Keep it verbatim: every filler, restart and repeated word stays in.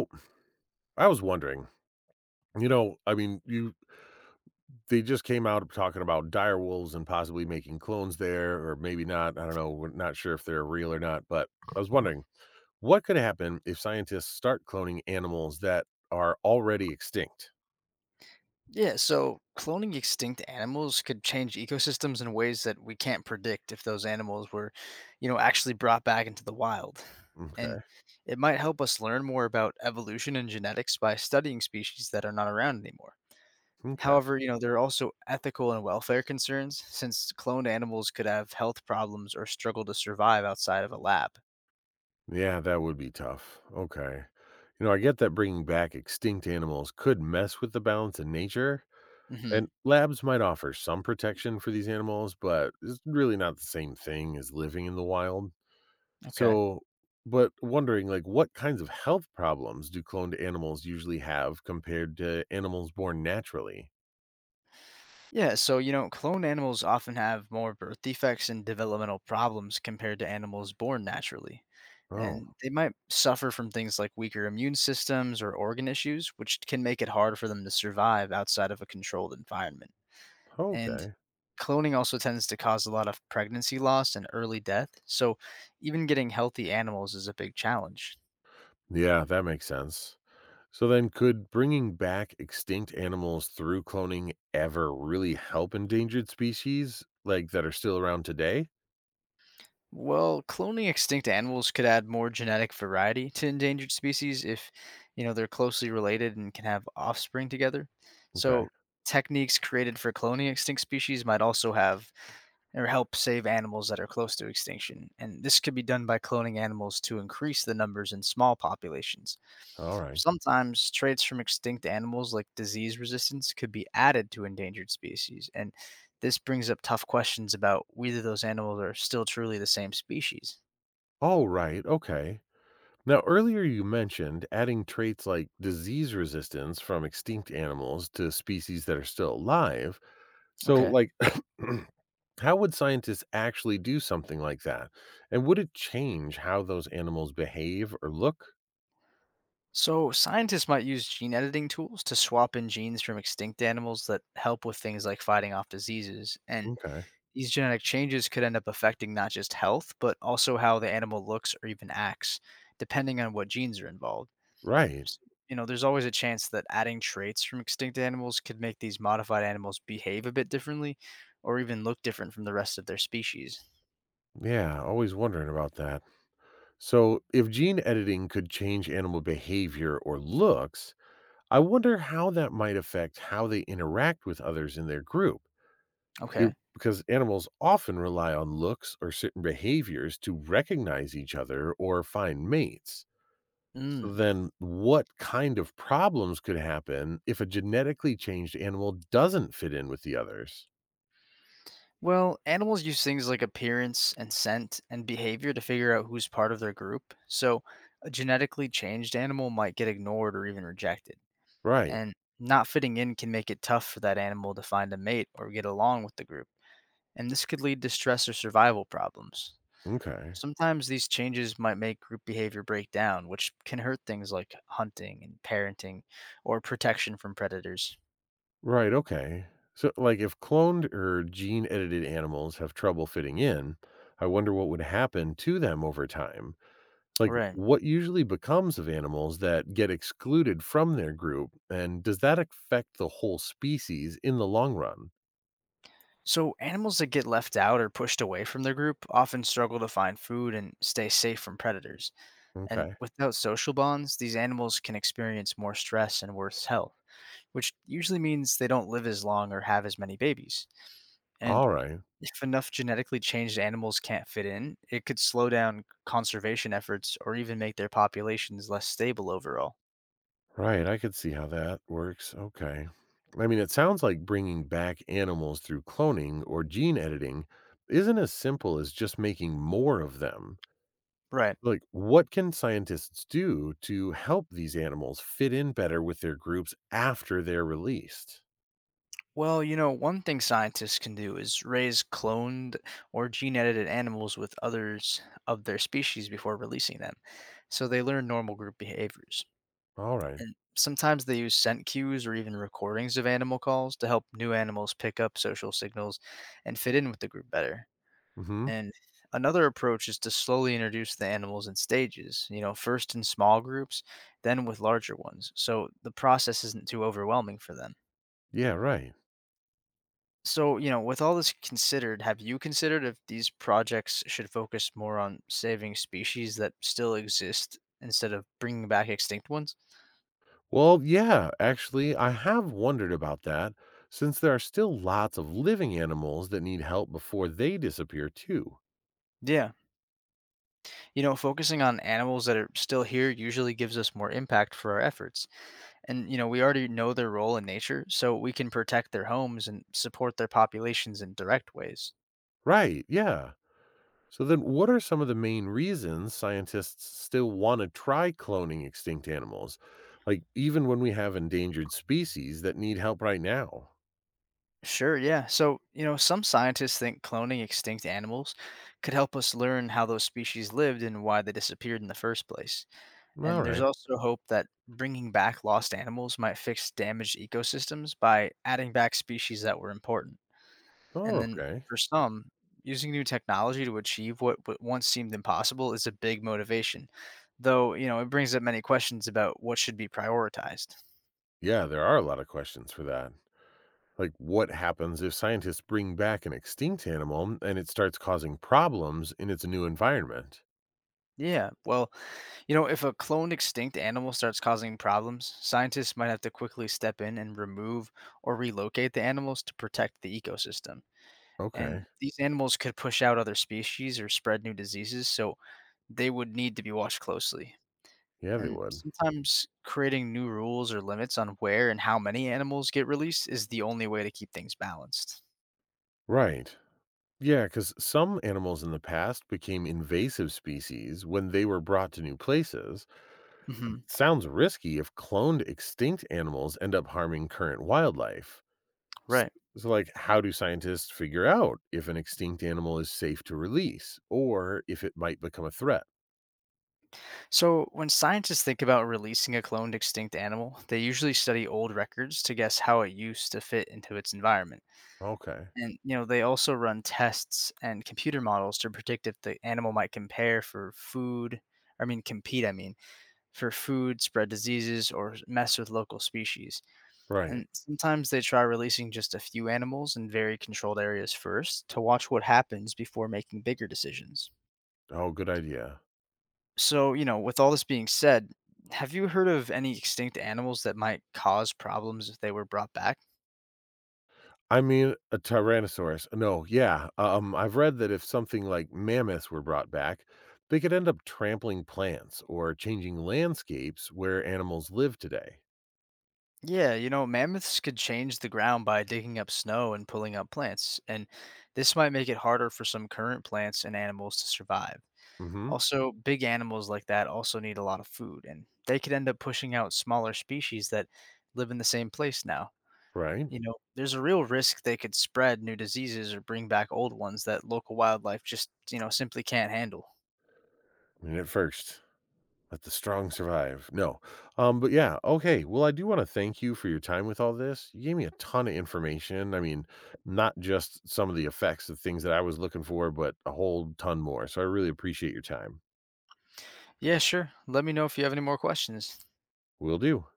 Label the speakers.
Speaker 1: Oh, I was wondering, you know, I mean, you they just came out talking about dire wolves and possibly making clones there, or maybe not. I don't know. We're not sure if they're real or not, but I was wondering what could happen if scientists start cloning animals that are already extinct?
Speaker 2: Yeah, so cloning extinct animals could change ecosystems in ways that we can't predict if those animals were, you know, actually brought back into the wild. And
Speaker 1: Okay.
Speaker 2: it might help us learn more about evolution and genetics by studying species that are not around anymore.
Speaker 1: Okay.
Speaker 2: However, you know, there are also ethical and welfare concerns since cloned animals could have health problems or struggle to survive outside of a lab.
Speaker 1: Yeah, that would be tough. Okay. You know, I get that bringing back extinct animals could mess with the balance in nature,
Speaker 2: Mhm.
Speaker 1: and labs might offer some protection for these animals, but it's really not the same thing as living in the wild.
Speaker 2: Okay.
Speaker 1: So, but wondering like what kinds of health problems do cloned animals usually have compared to animals born naturally?
Speaker 2: Yeah, so you know, cloned animals often have more birth defects and developmental problems compared to animals born naturally.
Speaker 1: Oh,
Speaker 2: And they might suffer from things like weaker immune systems or organ issues, which can make it hard for them to survive outside of a controlled environment. And
Speaker 1: okay.
Speaker 2: cloning also tends to cause a lot of pregnancy loss and early death, so even getting healthy animals is a big challenge.
Speaker 1: Yeah, that makes sense. So then could bringing back extinct animals through cloning ever really help endangered species like that are still around today?
Speaker 2: Well, cloning extinct animals could add more genetic variety to endangered species if, you know, they're closely related and can have offspring together.
Speaker 1: Okay.
Speaker 2: So, techniques created for cloning extinct species might also have or help save animals that are close to extinction. And this could be done by cloning animals to increase the numbers in small populations.
Speaker 1: All right.
Speaker 2: Sometimes traits from extinct animals like disease resistance could be added to endangered species and this brings up tough questions about whether those animals are still truly the same species.
Speaker 1: All right. Okay. Now, earlier you mentioned adding traits like disease resistance from extinct animals to species that are still alive. So,
Speaker 2: Okay.
Speaker 1: like, how would scientists actually do something like that? And would it change how those animals behave or look?
Speaker 2: So, scientists might use gene editing tools to swap in genes from extinct animals that help with things like fighting off diseases. And
Speaker 1: Okay.
Speaker 2: these genetic changes could end up affecting not just health, but also how the animal looks or even acts, depending on what genes are involved.
Speaker 1: Right.
Speaker 2: S- You know, there's always a chance that adding traits from extinct animals could make these modified animals behave a bit differently or even look different from the rest of their species.
Speaker 1: Yeah. Always wondering about that. So, if gene editing could change animal behavior or looks, I wonder how that might affect how they interact with others in their group.
Speaker 2: Okay.
Speaker 1: You- because animals often rely on looks or certain behaviors to recognize each other or find mates. So
Speaker 2: Mm.
Speaker 1: then what kind of problems could happen if a genetically changed animal doesn't fit in with the others?
Speaker 2: Well, animals use things like appearance and scent and behavior to figure out who's part of their group. So, a genetically changed animal might get ignored or even rejected.
Speaker 1: Right.
Speaker 2: And not fitting in can make it tough for that animal to find a mate or get along with the group. And this could lead to stress or survival problems.
Speaker 1: Okay.
Speaker 2: Sometimes these changes might make group behavior break down, which can hurt things like hunting and parenting or protection from predators.
Speaker 1: Right, okay. So like if cloned or gene edited animals have trouble fitting in, I wonder what would happen to them over time. Like
Speaker 2: Right.
Speaker 1: what usually becomes of animals that get excluded from their group and does that affect the whole species in the long run?
Speaker 2: So, animals that get left out or pushed away from their group often struggle to find food and stay safe from predators. And
Speaker 1: Okay.
Speaker 2: without social bonds, these animals can experience more stress and worse health, which usually means they don't live as long or have as many babies. And
Speaker 1: All right.
Speaker 2: if enough genetically changed animals can't fit in, it could slow down conservation efforts or even make their populations less stable overall.
Speaker 1: Right, I could see how that works. Okay. I mean, it sounds like bringing back animals through cloning or gene editing isn't as simple as just making more of them.
Speaker 2: Right.
Speaker 1: Like, what can scientists do to help these animals fit in better with their groups after they're released?
Speaker 2: Well, you know, one thing scientists can do is raise cloned or gene edited animals with others of their species before releasing them, so they learn normal group behaviors.
Speaker 1: All right.
Speaker 2: And sometimes they use scent cues or even recordings of animal calls to help new animals pick up social signals and fit in with the group better.
Speaker 1: Mm-hmm.
Speaker 2: And another approach is to slowly introduce the animals in stages, you know, first in small groups, then with larger ones, so the process isn't too overwhelming for them.
Speaker 1: Yeah, right.
Speaker 2: So, you know, with all this considered, have you considered if these projects should focus more on saving species that still exist instead of bringing back extinct ones?
Speaker 1: Well, yeah, actually, I have wondered about that since there are still lots of living animals that need help before they disappear, too.
Speaker 2: Yeah. You know, focusing on animals that are still here usually gives us more impact for our efforts. And, you know, we already know their role in nature, so we can protect their homes and support their populations in direct ways.
Speaker 1: Right. Yeah. So then what are some of the main reasons scientists still want to try cloning extinct animals? Like even when we have endangered species that need help right now.
Speaker 2: Sure, yeah. So, you know, some scientists think cloning extinct animals could help us learn how those species lived and why they disappeared in the first place.
Speaker 1: All
Speaker 2: And there's
Speaker 1: right.
Speaker 2: also hope that bringing back lost animals might fix damaged ecosystems by adding back species that were important.
Speaker 1: Oh,
Speaker 2: And then
Speaker 1: okay.
Speaker 2: for some, using new technology to achieve what, what once seemed impossible is a big motivation. Though, you know, it brings up many questions about what should be prioritized.
Speaker 1: Yeah, there are a lot of questions for that. Like what happens if scientists bring back an extinct animal and it starts causing problems in its new environment?
Speaker 2: Yeah, well, you know, if a cloned extinct animal starts causing problems, scientists might have to quickly step in and remove or relocate the animals to protect the ecosystem.
Speaker 1: Okay.
Speaker 2: And these animals could push out other species or spread new diseases, so they would need to be watched closely.
Speaker 1: Yeah, they
Speaker 2: And
Speaker 1: would.
Speaker 2: sometimes creating new rules or limits on where and how many animals get released is the only way to keep things balanced.
Speaker 1: Right. Yeah, because some animals in the past became invasive species when they were brought to new places.
Speaker 2: Hmm.
Speaker 1: Sounds risky if cloned extinct animals end up harming current wildlife. S-
Speaker 2: Right.
Speaker 1: So, like, how do scientists figure out if an extinct animal is safe to release or if it might become a threat?
Speaker 2: So, when scientists think about releasing a cloned extinct animal, they usually study old records to guess how it used to fit into its environment.
Speaker 1: Okay.
Speaker 2: And, you know, they also run tests and computer models to predict if the animal might compare for food, I mean, compete, I mean for food, spread diseases, or mess with local species.
Speaker 1: Right.
Speaker 2: And sometimes they try releasing just a few animals in very controlled areas first to watch what happens before making bigger decisions.
Speaker 1: Oh, good idea.
Speaker 2: So, you know, with all this being said, have you heard of any extinct animals that might cause problems if they were brought back?
Speaker 1: I mean, a Tyrannosaurus. No, yeah. Um, I've read that if something like mammoths were brought back, they could end up trampling plants or changing landscapes where animals live today.
Speaker 2: Yeah, you know, mammoths could change the ground by digging up snow and pulling up plants, and this might make it harder for some current plants and animals to survive.
Speaker 1: Mm hmm.
Speaker 2: Also, big animals like that also need a lot of food, and they could end up pushing out smaller species that live in the same place now.
Speaker 1: Right.
Speaker 2: You know, there's a real risk they could spread new diseases or bring back old ones that local wildlife just, you know, simply can't handle.
Speaker 1: I mean, at first, let the strong survive. No. Um, but yeah, okay. Well, I do want to thank you for your time with all this. You gave me a ton of information. I mean, not just some of the effects of things that I was looking for, but a whole ton more. So I really appreciate your time.
Speaker 2: Yeah, sure. Let me know if you have any more questions.
Speaker 1: Will do.